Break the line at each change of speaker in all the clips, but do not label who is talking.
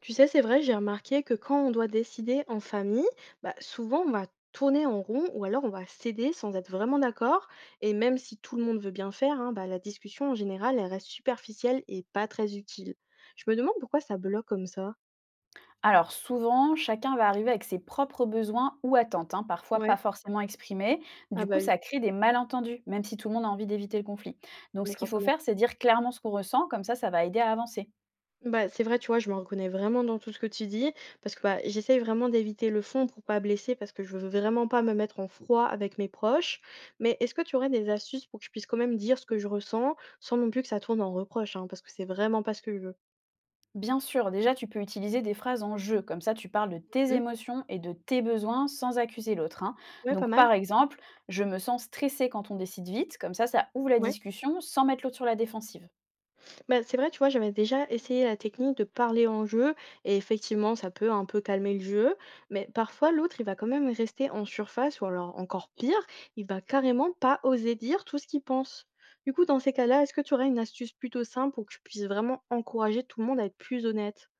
Tu sais, c'est vrai, j'ai remarqué que quand on doit décider en famille, bah, souvent on va tourner en rond ou alors on va céder sans être vraiment d'accord. Et même si tout le monde veut bien faire, hein, bah, la discussion en général, elle reste superficielle et pas très utile. Je me demande pourquoi ça bloque comme ça.
Alors souvent, chacun va arriver avec ses propres besoins ou attentes, hein, parfois pas
Ouais,
forcément exprimés.
ah
Du
bah
coup,
oui,
ça crée des malentendus, même si tout le monde a envie d'éviter le conflit. Donc
mais
ce qu'il faut
forcément.
faire, c'est dire clairement ce qu'on ressent, comme ça va aider à avancer.
Bah, c'est vrai, tu vois, je me reconnais vraiment dans tout ce que tu dis, parce que bah, j'essaye vraiment d'éviter le fond pour pas blesser, parce que je veux vraiment pas me mettre en froid avec mes proches. Mais est-ce que tu aurais des astuces pour que je puisse quand même dire ce que je ressens, sans non plus que ça tourne en reproche, hein, parce que c'est vraiment pas ce que je veux.
Bien sûr, déjà, tu peux utiliser des phrases en jeu, comme ça, tu parles de tes
Mhm.
émotions et de tes besoins sans accuser l'autre, hein.
Ouais, pas
Donc
mal.
par exemple, je me sens stressée quand on décide vite, comme ça ouvre la
Ouais.
discussion sans mettre l'autre sur la défensive.
Bah, c'est vrai, tu vois, j'avais déjà essayé la technique de parler en jeu et effectivement, ça peut un peu calmer le jeu, mais parfois l'autre, il va quand même rester en surface ou alors encore pire, il va carrément pas oser dire tout ce qu'il pense. Du coup, dans ces cas-là, est-ce que tu aurais une astuce plutôt simple pour que je puisse vraiment encourager tout le monde à être plus honnête?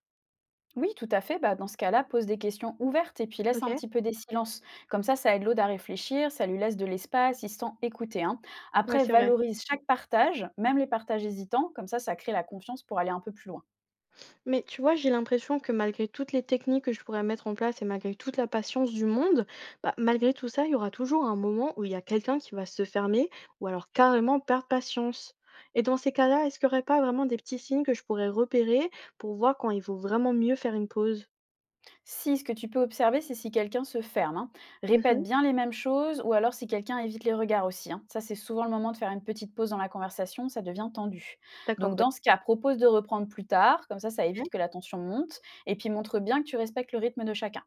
Oui, tout à fait. Bah, dans ce cas-là, pose des questions ouvertes et puis laisse un
Ok?
petit peu des silences. Comme ça aide l'autre à réfléchir, ça lui laisse de l'espace, il se sent écouté, hein.
Ouais,
Après,
c'est vrai.
valorise chaque partage, même les partages hésitants. Comme ça crée la confiance pour aller un peu plus loin.
Mais tu vois, j'ai l'impression que malgré toutes les techniques que je pourrais mettre en place et malgré toute la patience du monde, bah, malgré tout ça, il y aura toujours un moment où il y a quelqu'un qui va se fermer ou alors carrément perdre patience. Et dans ces cas-là, est-ce qu'il n'y aurait pas vraiment des petits signes que je pourrais repérer pour voir quand il vaut vraiment mieux faire une pause?
Si ce que tu peux observer, c'est si quelqu'un se ferme, hein, répète
Mhm.
bien les mêmes choses ou alors si quelqu'un évite les regards aussi, hein. Ça, c'est souvent le moment de faire une petite pause dans la conversation, ça devient tendu. Donc,
D'accord,
dans ce cas, propose de reprendre plus tard. Comme ça évite
oui.
que la tension monte et puis montre bien que tu respectes le rythme de chacun.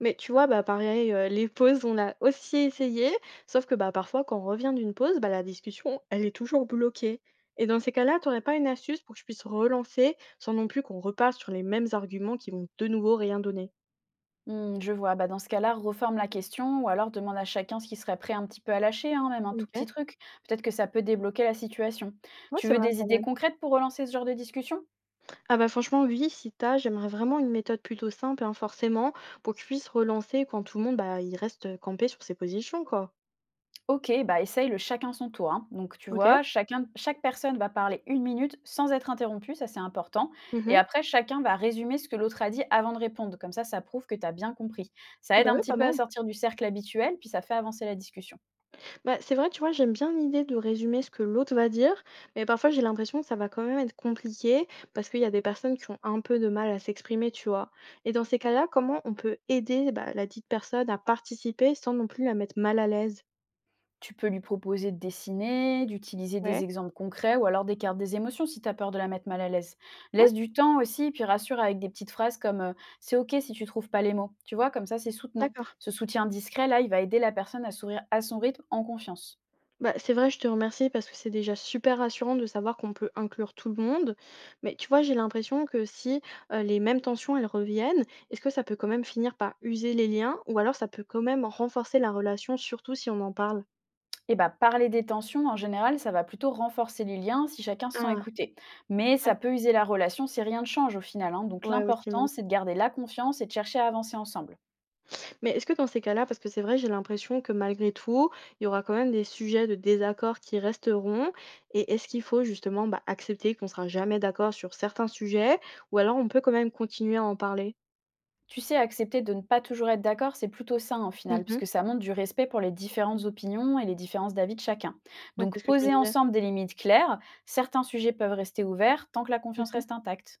Mais tu vois, bah, pareil, les pauses, on a aussi essayé, sauf que, bah, parfois quand on revient d'une pause, bah, la discussion, elle est toujours bloquée et dans ces cas-là, t'aurais pas une astuce pour que je puisse relancer, sans non plus qu'on repasse sur les mêmes arguments qui vont de nouveau rien donner?
Hmm, je vois. Bah, dans ce cas-là, reforme la question ou alors demande à chacun ce qu'il serait prêt un petit peu à lâcher, hein, même un tout petit
OK.
truc. Peut-être que ça peut débloquer la situation.
Ouais,
Tu
c'est
veux
vrai,
des
pas
idées
mal.
concrètes pour relancer ce genre de discussion?
Ah bah, franchement, oui, si t'as, j'aimerais vraiment une méthode plutôt simple, hein, forcément, pour que je puisse relancer quand tout le monde, bah, il reste, campé sur ses positions, quoi.
Ok, bah essaye le chacun son tour, hein. Donc tu
OK.
vois, chacun, chaque personne va parler une minute sans être interrompue, ça c'est important. Et
Mmh.
après, chacun va résumer ce que l'autre a dit avant de répondre. Comme ça prouve que tu as bien compris. Ça
Ah
aide
bah,
un
ouais,
petit
pas
peu à
mal.
sortir du cercle habituel, puis ça fait avancer la discussion.
Bah, c'est vrai, tu vois, j'aime bien l'idée de résumer ce que l'autre va dire, mais parfois j'ai l'impression que ça va quand même être compliqué parce qu'il y a des personnes qui ont un peu de mal à s'exprimer, tu vois. Et dans ces cas-là, comment on peut aider bah, la dite personne à participer sans non plus la mettre mal à l'aise?
Tu peux lui proposer de dessiner, d'utiliser
Ouais.
des exemples concrets ou alors des cartes des émotions si tu as peur de la mettre mal à l'aise.
Ouais,
Laisse du temps aussi, puis rassure avec des petites phrases comme c'est OK si tu trouves pas les mots. Tu vois, comme ça, c'est soutenant.
d'accord.
Ce soutien discret, là, il va aider la personne à sourire à son rythme en confiance.
Bah, c'est vrai, je te remercie parce que c'est déjà super rassurant de savoir qu'on peut inclure tout le monde. Mais tu vois, j'ai l'impression que si les mêmes tensions, elles reviennent, est-ce que ça peut quand même finir par user les liens ou alors ça peut quand même renforcer la relation, surtout si on en parle?
Et bah, parler des tensions, en général, ça va plutôt renforcer les liens si chacun se sent
Ah,
écouté. Mais ça
ouais.
peut user la relation si rien ne change au final, hein. Donc
Ouais, ouais, tu
l'important,
m'en
c'est de garder la confiance et de chercher à avancer ensemble.
mais est-ce que dans ces cas-là parce que c'est vrai, j'ai l'impression que malgré tout, il y aura quand même des sujets de désaccord qui resteront et est-ce qu'il faut justement, bah, accepter qu'on sera jamais d'accord sur certains sujets ou alors on peut quand même continuer à en parler?
Tu sais, accepter de ne pas toujours être d'accord, c'est plutôt sain en final,
Mmh.
puisque ça montre du respect pour les différentes opinions et les différences d'avis de chacun.
Ouais,
Donc,
c'est ce que je me
poser
disais.
ensemble des limites claires, certains sujets peuvent rester ouverts tant que la confiance
Mmh.
reste intacte.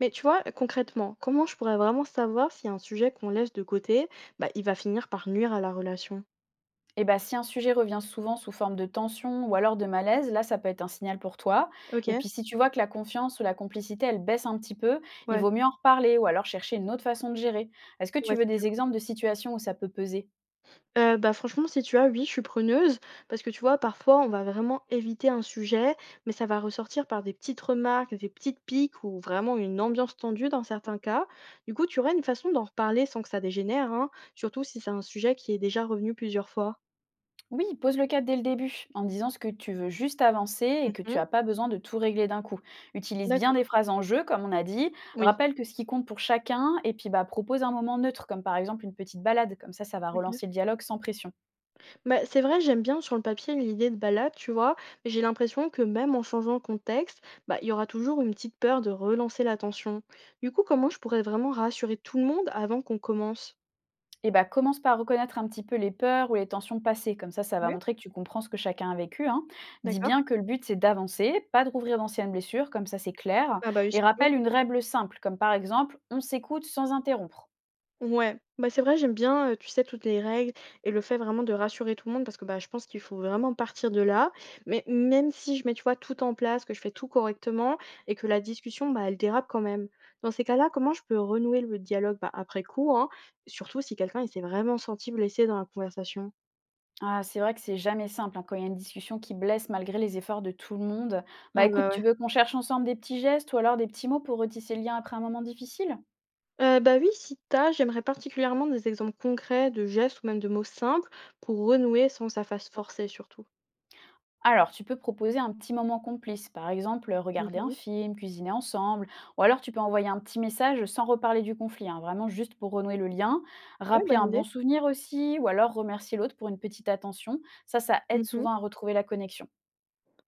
Mais tu vois, concrètement, comment je pourrais vraiment savoir si un sujet qu'on laisse de côté, bah, il va finir par nuire à la relation?
Et bah, si un sujet revient souvent sous forme de tension ou alors de malaise, là, ça peut être un signal pour toi. Et
OK.
puis, si tu vois que la confiance ou la complicité, elle baisse un petit peu, il
Ouais.
vaut mieux en reparler ou alors chercher une autre façon de gérer. Est-ce que
Ouais,
tu veux
c'est
des
sûr.
exemples de situations où ça peut peser?
Bah, franchement, si tu as, oui, je suis preneuse parce que, tu vois, parfois, on va vraiment éviter un sujet, mais ça va ressortir par des petites remarques, des petites piques ou vraiment une ambiance tendue dans certains cas. Du coup, tu aurais une façon d'en reparler sans que ça dégénère, hein, surtout si c'est un sujet qui est déjà revenu plusieurs fois?
Oui, pose le cadre dès le début, en disant ce que tu veux juste avancer et que tu
Mmh.
n'as pas besoin de tout régler d'un coup. Utilise bien des
D'accord,
phrases en jeu, comme on a dit,
oui.
rappelle que ce qui compte pour chacun, et puis bah, propose un moment neutre, comme par exemple une petite balade, comme ça ça va
OK.
relancer le dialogue sans pression.
Bah, c'est vrai, j'aime bien sur le papier l'idée de balade, tu vois? Mais j'ai l'impression que même en changeant le contexte, bah, il y aura toujours une petite peur de relancer la tension. Du coup, comment je pourrais vraiment rassurer tout le monde avant qu'on commence?
Et bah commence par reconnaître un petit peu les peurs ou les tensions passées, comme ça ça va
Ouais,
montrer que tu comprends ce que chacun a vécu, hein. Dis
d'accord.
bien que le but c'est d'avancer, pas de rouvrir d'anciennes blessures, comme ça c'est clair,
Ah bah oui,
et
surtout.
rappelle une règle simple, comme par exemple on s'écoute sans interrompre.
Ouais. Bah, c'est vrai, j'aime bien, tu sais, toutes les règles et le fait vraiment de rassurer tout le monde parce que, bah, je pense qu'il faut vraiment partir de là. Mais même si je mets, tu vois, tout en place, que je fais tout correctement et que la discussion, bah, elle dérape quand même. Dans ces cas-là, comment je peux renouer le dialogue? Bah, après coup, hein, surtout si quelqu'un, il s'est vraiment senti blessé dans la conversation.
Ah, c'est vrai que c'est jamais simple, hein, quand il y a une discussion qui blesse malgré les efforts de tout le monde. Bah
Ah
écoute,
bah,
tu
ouais.
veux qu'on cherche ensemble des petits gestes ou alors des petits mots pour retisser le lien après un moment difficile?
Bah, oui, si t'as, j'aimerais particulièrement des exemples concrets de gestes ou même de mots simples pour renouer sans que ça fasse forcer surtout.
Alors, tu peux proposer un petit moment complice, par exemple regarder un
Mmh.
film, cuisiner ensemble, ou alors tu peux envoyer un petit message sans reparler du conflit, hein, vraiment juste pour renouer le lien,
Ouais,
rappeler un
bonne
bon
idée.
souvenir aussi, ou alors remercier l'autre pour une petite attention. Ça aide
Mmh.
souvent à retrouver la connexion.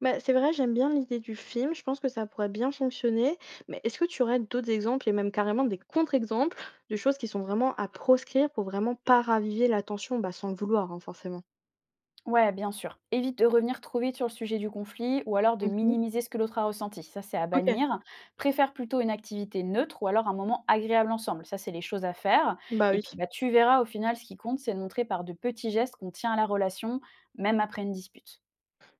Bah, c'est vrai, j'aime bien l'idée du film, je pense que ça pourrait bien fonctionner, mais est-ce que tu aurais d'autres exemples et même carrément des contre-exemples de choses qui sont vraiment à proscrire pour vraiment pas raviver la tension? Bah, sans le vouloir, hein, forcément.
Ouais, bien sûr. Évite de revenir trop vite sur le sujet du conflit ou alors de
Mmh.
minimiser ce que l'autre a ressenti. Ça, c'est à
OK.
bannir. Préfère plutôt une activité neutre ou alors un moment agréable ensemble. Ça, c'est les choses à faire.
Bah,
Et
oui.
puis, bah, tu verras au final, ce qui compte, c'est de montrer par de petits gestes qu'on tient à la relation, même après une dispute.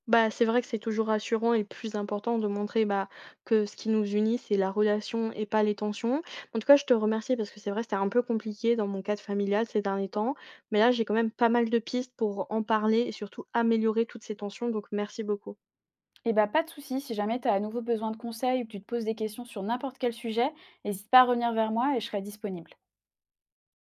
Bah, c'est vrai que c'est toujours rassurant et plus important de montrer, bah, que ce qui nous unit, c'est la relation et pas les tensions. En tout cas, je te remercie parce que c'est vrai, c'était un peu compliqué dans mon cadre familial ces derniers temps, mais là, j'ai quand même pas mal de pistes pour en parler et surtout améliorer toutes ces tensions, donc merci beaucoup.
Et bah, pas de souci, si jamais tu as à nouveau besoin de conseils ou que tu te poses des questions sur n'importe quel sujet, n'hésite pas à revenir vers moi et je serai disponible.